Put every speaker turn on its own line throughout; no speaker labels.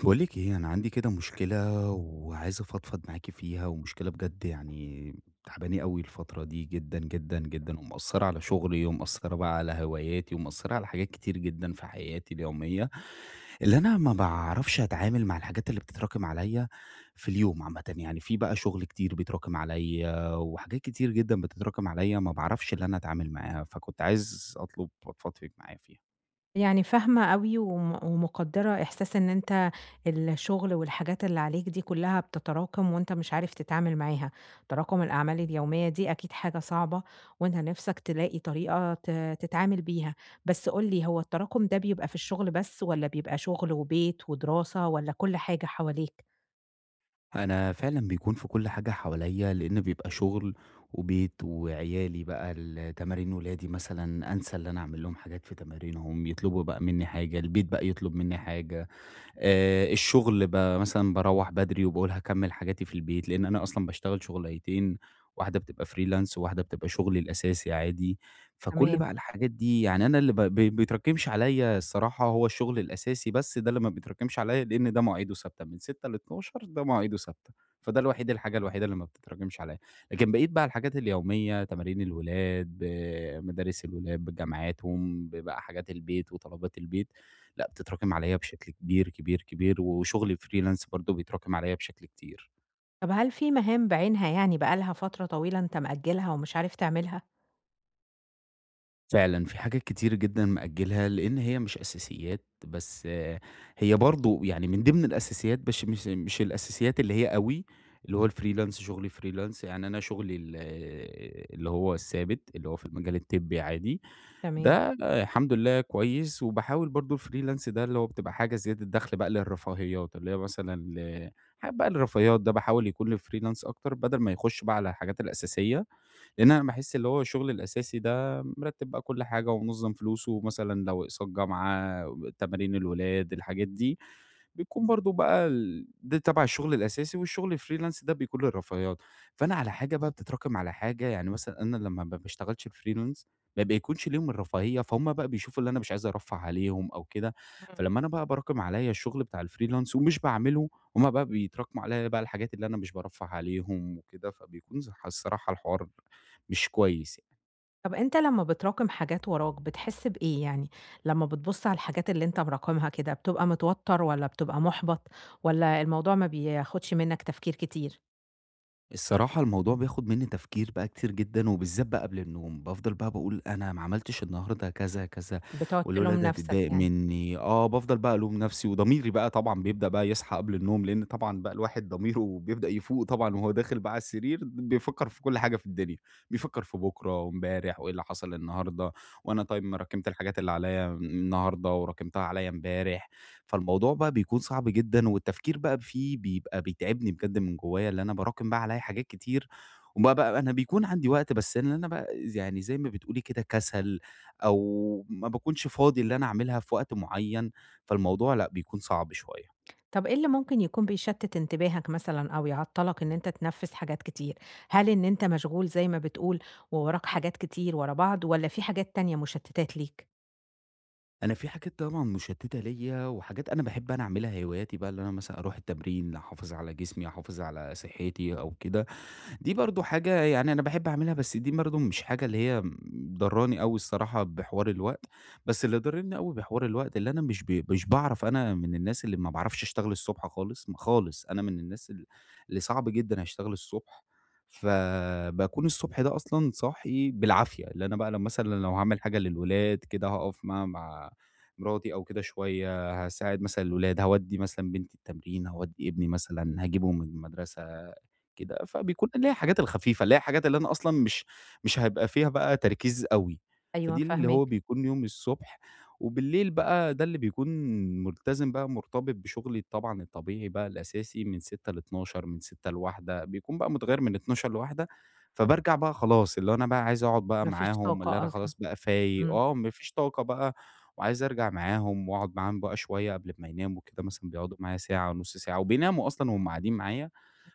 باقول لِك إيه، أنا عندي كده مشكلة وعايز أفضفض معاكِ فيها، ومشكلة بجد يعني تعباني أوي الفترة دي جدًا، جدًا، جدًا، ومأثّرة على شغلي، ومأثّرة بقى على هواياتي، ومأثّرة على حاجات كتير جدًا في حياتي اليومية، اللي أنا ما باعرفش أتعامل مع الحاجات اللي بتتراكم عليَّ في اليوم عامةً. يعني في بقى شغل كتير بيتراكم عليَّ، وحاجات كتير جدًا بتتراكم عليَّ ما باعرفش اللي أنا أتعامل معاها، فكنت عايز أطلب أفضفض فِيك معايا فيها.
يعني فاهمة أوي وم ومقدّرة إحساس إن أنت الشغل والحاجات اللي عليك دي كلّها بتتراكم وأنت مش عارف تتعامل معاها، تراكم الأعمال اليومية دي أكيد حاجة صعبة وأنت نِفْسك تلاقي طريقة تتعامل بيها، بس قُل لي هو التراكم ده بيبقى في الشغل بس والّا بيبقى شغل وبيت ودراسة والّا كل حاجة حواليك؟
أنا فعلًا بيكون في كل حاجة حواليّا، لإن بيبقى شغل وبيت وعيالي بقى تمارين ولادي مثلًا، أنسى اللي أنا أعمل لهم حاجات في تمارينهم، يطلبوا بقى منّي حاجة، البيت بقى يطلب منّي حاجة. الشغل مثلًا باروّح بدري وباقول هاكمّل حاجاتي في البيت، لإن أنا أصلًا باشتغل شُغلانتين، واحدة بتبقى freelance وواحدة بتبقى شُغلي الأساسي عادي. فكل
تمام.
بقى الحاجات دي يعني أنا اللي ب ب بيتراكمش عليّا الصراحة هو الشغل الأساسي بس ده اللي ما بيتراكمش عليّا لإن ده مواعيده ثابتة من 06:00 ل12:00 ده مواعيده ثابتة. فده الوحيد الحاجة الوحيدة اللي ما بتتراكمش عليّا. لكن بقيت بقى الحاجات اليومية تمارين الولاد، بمدارس الولاد بجامعاتهم، ببقى حاجات البيت وطلبات البيت، لأ، بتتراكم عليَّ بشكل كبير، كبير، كبير، وشغلي freelance برضه بيتراكم عليَّ بشكل كتير.
طَب هل في مهام بعينها يعني بقى لها فترة طويلة أنت مأجّلها ومش عارف تعملها؟
فعلًا في حاجات كتير جدًا مأجلها، لإن هي مش أساسيات، بس هي برضه يعني من ضمن الأساسيات، بش مش مش الأساسيات اللي هي أوي، اللي هو الfreelance شغلي freelance يعني أنا شغلي اللي هو الثابت، اللي هو في المجال الطبي عادي.
تمام.
ده الحمد لله كويس، وباحاول برضه الfreelance ده اللي هو بتبقى حاجة زيادة دخل بقى للرفاهيات، اللي هي مثلًا حاجات بقى الرفاهيات ده باحاول يكون الfreelance أكتر بدل ما يخش بقى على الحاجات الأساسية. لأن أنا باحس اللي هو الشغل الأساسي ده مرتّب بقى كل حاجة ومنظّم فلوسه، مثلًا لو أقساط جامعة، تمارين الولاد، الحاجات دي، بتكون برضه بقى ده تبع الشغل الأساسي والشغل الfreelance ده بيكون للرفاهيات. فأنا على حاجة بقى بتتراكم على حاجة، يعني مثلًا أنا لمّا ما باشتغلش freelance ما بيكونش ليهم الرفاهية، فهُم بقى بيشوفوا اللي أنا مش عايز أرفّه عليهم أو كده.
إمم.
فلمّا أنا بقى باراكم عليّا الشغل بتاع الfreelance ومش باعمله، هُم بقى بيتراكموا عليّا بقى الحاجات اللي أنا مش بارفّه عليهم وكده، فبيكون صح الصراحة الحوار مش كويس يعني.
طب أنت لمّا بتراكم حاجات وراك، بتحس بإيه يعني؟ لمّا بتبُص على الحاجات اللي أنت مراكمها كده، بتبقى متوتر والّا بتبقى مُحبَط والّا الموضوع ما بياخدش منّك تفكير كتير،
الصراحة الموضوع بياخد منّي تفكير بقى كتير جدًا، وبالذات بقى قبل النوم، بافضل بقى باقول أنا ما عملتش النهارده كذا، كذا.
بتقعد
والولا
تلوم
ده
نَفْسك
هتضايق
يعني؟
منّي، بافضل بقى ألوم نفسي، وضميري بقى طبعًا بيبدأ بقى يصحى قبل النوم، لإن طبعًا بقى الواحد ضميره بيبدأ يفوق طبعًا وهو داخل بقى على السرير، بيفكّر في كل حاجة في الدنيا، بيفكّر في بُكرة وإمبارح وإيه اللي حصل النهارده، وأنا طيب ما راكمت الحاجات اللي عليَّ النهارده وراكمتها عليَّ إمبارح. فالموضوع بقى بيكون صعب جدًا، والتفكير بقى فيه بيبقى بيتعبني بجد من جوايا، اللي أنا باراكم بقى عليَّ حاجات كتير، وبقى أنا بيكون عندي وقت، بس إن أنا بقى يعني زي ما بتقولي كده كسل، أو ما باكونش فاضي اللي أنا أعملها في وقت معين، فالموضوع لأ، بيكون صعب شوية.
طب إيه اللي ممكن يكون بيشتِّت انتباهك مثلًا أو يعطّلك إن أنت تنفِّذ حاجات كتير؟ هل إن أنت مشغول زي ما بتقول ووراك حاجات كتير ورا بعض والّا في حاجات تانية مشتِّتات ليك؟
أنا في حاجات طبعًا مشتتة ليَّ، وحاجات أنا باحب أنا أعملها هواياتي بقى، اللي أنا مثلًا أروح التمرين، أحافظ على جسمي، أحافظ على صحتي أو كده. دي برضه حاجة يعني أنا باحب أعملها، بس دي برضه مش حاجة اللي هي ضرّاني أوي الصراحة بحوار الوقت، بس اللي ضاررني أوي بحوار الوقت اللي أنا مش مش باعرف أنا من الناس اللي ما باعرفش أشتغل الصبح خالص، م خالص، أنا من الناس اللي صعب جدًا أشتغل الصبح. فباكون الصبح ده أصلًا صاحي بالعافية، اللي أنا بقى لو مثلًا لو هاعمل حاجة للولاد كده هاقف مع مراتي أو كده شوية، هاساعد مثلًا الولاد، هاودّي مثلًا بنتي التمرين، هاودّي ابني مثلًا، هاجيبه من المدرسة. كده، فبيكون اللي هي الحاجات الخفيفة، اللي هي الحاجات اللي أنا أصلًا مش هيبقى فيها بقى تركيز أوي،
أيوه
فدي اللي هو
فاهماك،
بيكون يومي الصبح، وبالليل بقى ده اللي بيكون ملتزم بقى مرتبط بشغلي طبعًا الطبيعي بقى الأساسي من 06:00 ل12:00 من 06:00 ل13:00 بيكون بقى متغيّر من 12:00 ل13:00 فبارجع بقى خلاص اللي هو أنا بقى عايز أقعد بقى
ما فيش
معاهم، اللي
طاقة
أنا
أصلًا.
خلاص بقى فايق،
إمم.
ما فيش طاقة بقى وعايز أرجع معاهم وأقعد معاهم بقى شوية قبل ما يناموا كده مثلًا بيقعدوا معايا ساعة، نُص ساعة وبيناموا أصلًا وهُم قاعدين معايا.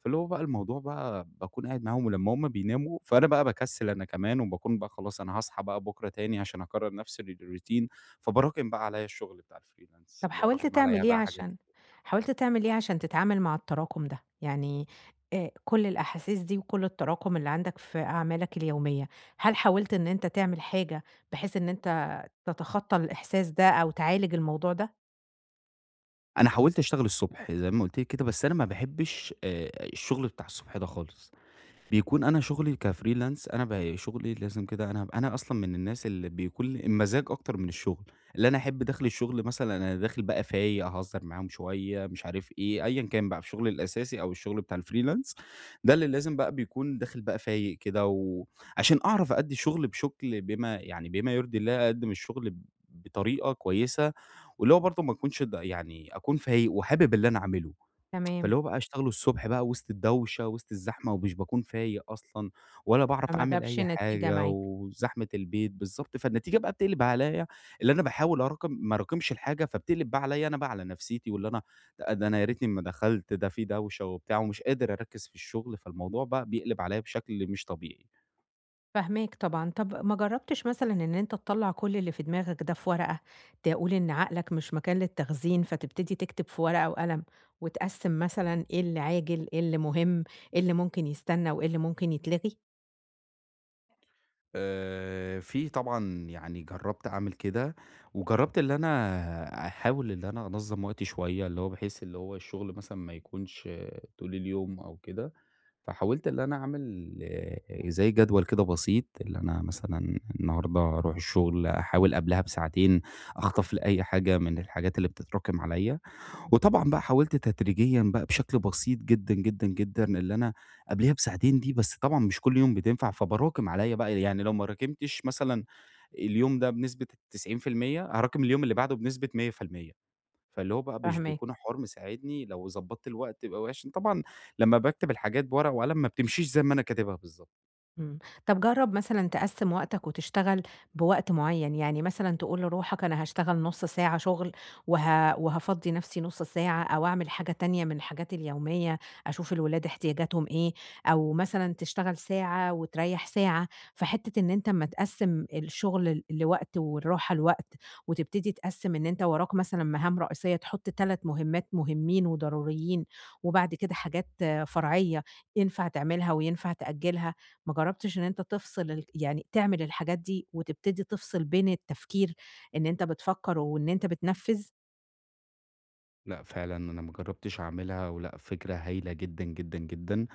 فاللي هو بقى الموضوع بقى باكون قاعد معاهم ولمّا هُم بيناموا فأنا بقى باكسّل أنا كمان، وباكون بقى خلاص أنا هاصحى بقى بُكرة تاني عشان أكرّر نفس الroutine، فباراكم بقى عليّا الشغل بتاع الfreelance
طب حاولت
وباراكم عليّا
تعمل إيه
بقى حاجات.
عشان حاولت تعمل إيه عشان تتعامل مع التراكم ده؟ يعني كل الأحاسيس دي وكل التراكم اللي عندك في أعمالك اليومية، هل حاولت إن أنت تعمل حاجة بحيث إن أنت تتخطى الإحساس ده أو تعالج الموضوع ده؟
أنا حاولت أشتغل الصبح زي ما قُلت لِك كده، بس أنا ما باحبش الشغل بتاع الصبح ده خالص. بيكون أنا شغلي كfreelance أنا شغلي لازم كده أنا أصلًا من الناس اللي بيكون المزاج أكتر من الشغل، اللي أنا أحب داخل الشغل مثلًا أنا داخل بقى فايق، هاهزر معاهم شوية، مش عارف إيه، أيًا كان بقى شغلي الأساسي أو الشغل بتاع الfreelance ده اللي لازم بقى بيكون داخل بقى فايق كده، وعشان أعرف أأدّي الشغل بما يعني بما يرضي الله، أقدّم الشغل بطريقة كويسة، واللي هو برضه ما أكونش يعني أكون فايق وحابب اللي أنا أعمله.
تمام،
فاللي هو بقى اشتغله الصبح بقى وسط الدوشة، وسط الزحمة، ومش باكون فايق أصلًا ولا باعرف
فما
أعمل
جابش
أي
نتيجة
حاجة
معاك.
وزحمة البيت بالضبط، فالنتيجة بقى بتقلب عليّا اللي أنا باحاول أراكم ما أراكمش الحاجة، فبتقلب بقى عليّا أنا بقى على نفسيتي، واللي أنا ده أنا يا ريتني ما دخلت، ده في دوشة وبتاع ومش قادر أركّز في الشغل، فالموضوع بقى بيقلب عليّا بشكل مش طبيعي.
فاهماك طبعًا. طب ما جرّبتش مثلًا إن أنت تطلّع كل اللي في دماغك ده في ورقة، تقول إن عقلك مش مكان للتخزين، فتبتدي تكتب في ورقة وقلم، وتقسّم مثلًا إيه اللي عاجل، إيه اللي مهم، إيه اللي ممكن يستنى، وإيه اللي ممكن يتلغي؟
في طبعًا يعني جرّبت أعمل كده، وجرّبت اللي أنا أحاول اللي أنا أنظّم وقتي شوية، اللي هو بحيث اللي هو الشغل مثلًا ما يكونش طول اليوم أو كده، فحاولت اللي أنا أعمل زي جدول كده بسيط، اللي أنا مثلًا النهارده هاروح الشغل، أحاول قبلها بساعتين أخطف لي أي حاجة من الحاجات اللي بتتراكم عليَّ. وطبعًا بقى حاولت تدريجيًا بقى بشكل بسيط جدًا، جدًا، جدًا اللي أنا قبليها بساعتين دي، بس طبعًا مش كل يوم بتنفع، فباراكم عليَّ بقى، يعني لو ما راكمتش مثلًا اليوم ده بنسبة 90% هاراكم اليوم اللي بعده بنسبة 100%، فاللي هو بقى مش
فاهماك.
بيكون الحوار مساعدني لو ضبطت الوقت وعشان طبعًا لمّا باكتب الحاجات بورقة وقلم ما بتمشيش زي ما أنا كاتبها بالضبط.
إمم. طب جرّب مثلًا تقسّم وقتك وتشتغل بوقت معيّن، يعني مثلًا تقول لروحك أنا هاشتغل نُص ساعة شُغل وه وهافضّي نَفْسي نُص ساعة أو أعمل حاجة تانية من حاجاتي اليومية، أشوف الولاد احتياجاتهم إيه، أو مثلًا تشتغل ساعة وتريّح ساعة، فحتّة إن أنت أمّا تقسّم الشُغل لوقت والراحة لوقت وتبتدي تقسّم إن أنت وراك مثلًا مهام رئيسية تحُط 3 مهمّات مهمين وضروريين وبعد كده حاجات فرعية ينفع تعملها وينفع تأجّلها، ما جرّبتش إن أنت تفصل يعني تعمل الحاجات دي وتبتدي تفصل بين التفكير إن أنت بتفكّر وإن أنت بتنفّذ؟
لأ، فعلًا أنا ما جربتش أعملها، ولأ فكرة هايلة جدًا، جدًا، جدًا.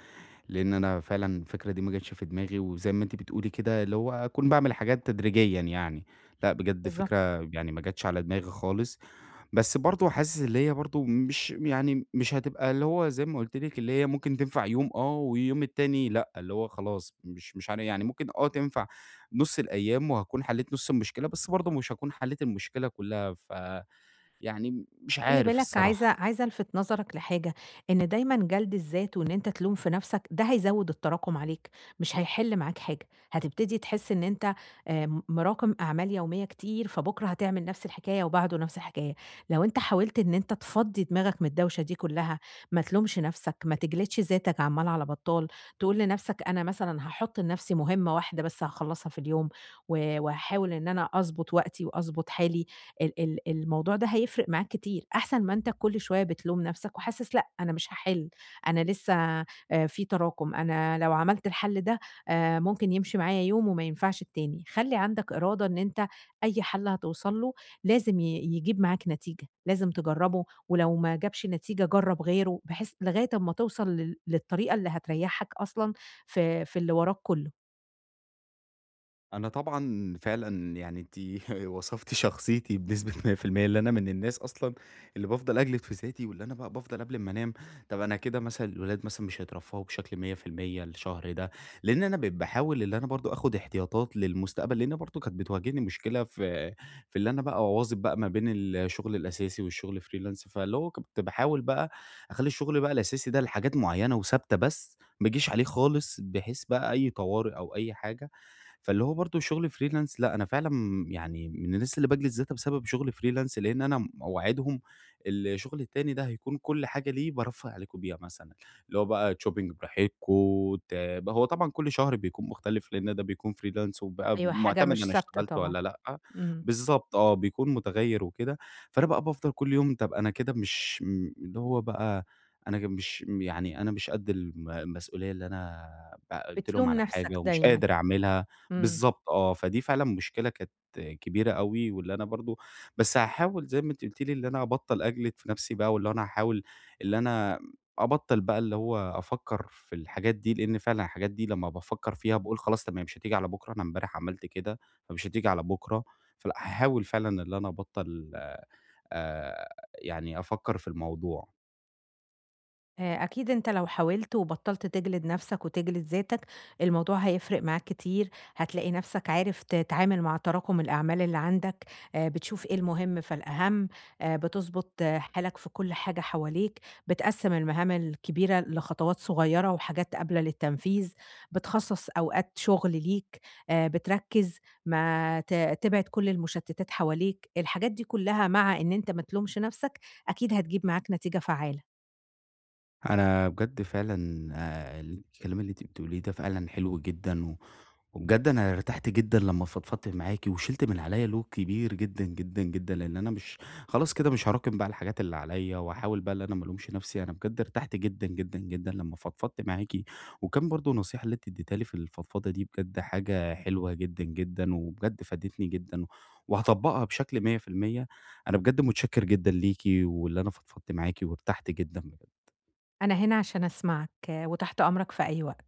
لإن أنا فعلًا الفكرة دي ما جاتش في دماغي، وزي ما أنتِ بتقولي كده اللي هو أكون باعمل حاجات تدريجيًا يعني، لأ بجد
بالضبط.
فكرة يعني ما جاتش على دماغي خالص، بس برضه حاسس اللي هي برضه مش يعني مش هتبقى اللي هو زي ما قُلت لِك اللي هي ممكن تنفع يوم آه، واليوم التاني لأ، اللي هو خلاص مش يعني ممكن تنفع نُص الأيام وهاكون حليت نُص المشكلة، بس برضه مش هاكون حليت المشكلة كلها، فيعني مش
خلّي
عارف
بالك عايزة
الصراحة.
عايزة ألفت نظرك لحاجة، إن دايمًا جلد الذات وإن أنت تلوم في نَفْسك ده هيزوّد التراكم عليك، مش هيحِل معاك حاجة، هتبتدي تحس إن أنت مراكم أعمال يومية كتير، فبُكرة هتعمل نَفْس الحكاية وبعده نَفْس الحكاية. لو أنت حاولت إن أنت تفضّي دماغك من الدوشة دي كلّها، ما تلومش نَفْسك، ما تجلدش ذاتك عَمّال على بطّال، تقول لنَفْسك أنا مثلًا هاحُط لنَفْسي مهمة واحدة بس هاخلّصها في اليوم، و وهاحاول إن أنا أضبط وقتي وأضبط حالي. ال ال الموضوع ده هيفرق معاك كتير، أحسن ما أنت كل شوية بتلوم نفسك وحاسس لأ، أنا مش هاحل، أنا لسه في تراكم، أنا لو عملت الحل ده ممكن يمشي معايا يوم وما ينفعش التاني، خلّي عندك إرادة إن أنت أي حل هتوصل له لازم يجيب معاك نتيجة، لازم تجرّبه ولو ما جابش نتيجة جرّب غيره، بحيث لغاية أمّا توصل لل للطريقة اللي هتريحك أصلًا في اللي وراك كله.
أنا طبعًا فعلًا يعني أنتِ وصفتِ شخصيتي بنسبة 100% اللي أنا من الناس أصلًا اللي بافضل أجلد في ذاتي، واللي أنا بقى بافضل قبل ما أنام طب أنا كده مثلًا الولاد مثلًا مش هيترفّهوا بشكل 100% الشهر ده، لإن أنا بقيت باحاول اللي أنا برضه آخد احتياطات للمستقبل، لإن برضه كانت بتواجهني مشكلة في اللي أنا بقى أواظب بقى ما بين الشغل الأساسي والشغل freelance، فاللي هو كنت باحاول بقى أخلّي الشغل بقى الأساسي ده لحاجات معيّنة وثابتة بس، ما أجيش عليه خالص بحيث بقى أي طوارئ أو أي حاجة فاللي هو برضه شغل freelance لأ، أنا فعلًا يعني من الناس اللي باجلد ذاتها بسبب شغل freelance لإن أنا مواعيدهم الشغل التاني ده هيكون كل حاجة ليه بارفّه عليكم بيها مثلًا، اللي هو بقى shopping براحتكم هو طبعًا كل شهر بيكون مختلف لإن ده بيكون freelance وبقى
أيوه، حاجة
معتمد
مش
أنا
ثابتة
اشتغلت
طبعًا،
والّا لأ،
إمم،
بالضبط آه، بيكون متغيّر وكده، فأنا بقى بافضل كل يوم طب أنا كده مش اللي هو بقى أنا مش يعني أنا مش قد المسؤولية اللي أنا بقى قُلت لهم
بتلوم
على
نفسك
حاجة ومش
دايمًا،
قادر أعملها.
إمم.
بالضبط آه، فدي فعلًا مشكلة كانت كبيرة أوي، واللي أنا برضه بس هاحاول زي ما أنتِ قُلتِ لي اللي أنا أبطّل أجلد في نَفْسي بقى، واللي هو أنا هاحاول اللي أنا أبطّل بقى اللي هو أفكّر في الحاجات دي، لإن فعلًا الحاجات دي لمّا بافكّر فيها باقول خلاص تمام مش هتيجي على بُكرة، أنا امبارح عملت كده، فمش هتيجي على بُكرة، فلأ هاحاول فعلًا اللي أنا أبطّل آآ يعني أفكّر في الموضوع.
أكيد أنت لو حاولت وبطّلت تجلد نفسك وتجلد ذاتك، الموضوع هيفرق معاك كتير، هتلاقي نفسك عارف تتعامل مع تراكم الأعمال اللي عندك، بتشوف إيه المهم فالأهم، بتضبط حالك في كل حاجة حواليك، بتقسّم المهام الكبيرة لخطوات صغيرة وحاجات قابلة للتنفيذ، بتخصّص أوقات شغل ليك، بتركّز، ما ت تبعد كل المشتتات حواليك، الحاجات دي كلها مع إن أنت ما تلومش نفسك، أكيد هتجيب معاك نتيجة فعّالة.
أنا بجد فعلًا الكلام اللي أنتِ بتقوليه ده فعلًا حلو جدًا وبجد أنا ارتحت جدًا لمّا فضفضت معاكِ، وشِلت من عليَّ load كبير جدًا، جدًا، جدًا، لإن أنا مش خلاص كده مش هاراكم بقى الحاجات اللي عليَّ، وهاحاول بقى إن أنا ما الومش نفسي، أنا بجد ارتحت جدًا، جدًا، جدًا لمّا فضفضت معاكِ، وكان برضه النصيحة اللي أنتِ اديتيها لي في الفضفضة دي بجد حاجة حلوة جدًا، جدًا، وبجد فادتني جدًا، وهاطبّقها بشكل 100%، أنا بجد متشكر جدًا ليكِ، واللي أنا فضفضت معاكِ وارتحت جدًا بجد.
أنا هنا عشان أسمعك وتحت أمرك في أي وقت.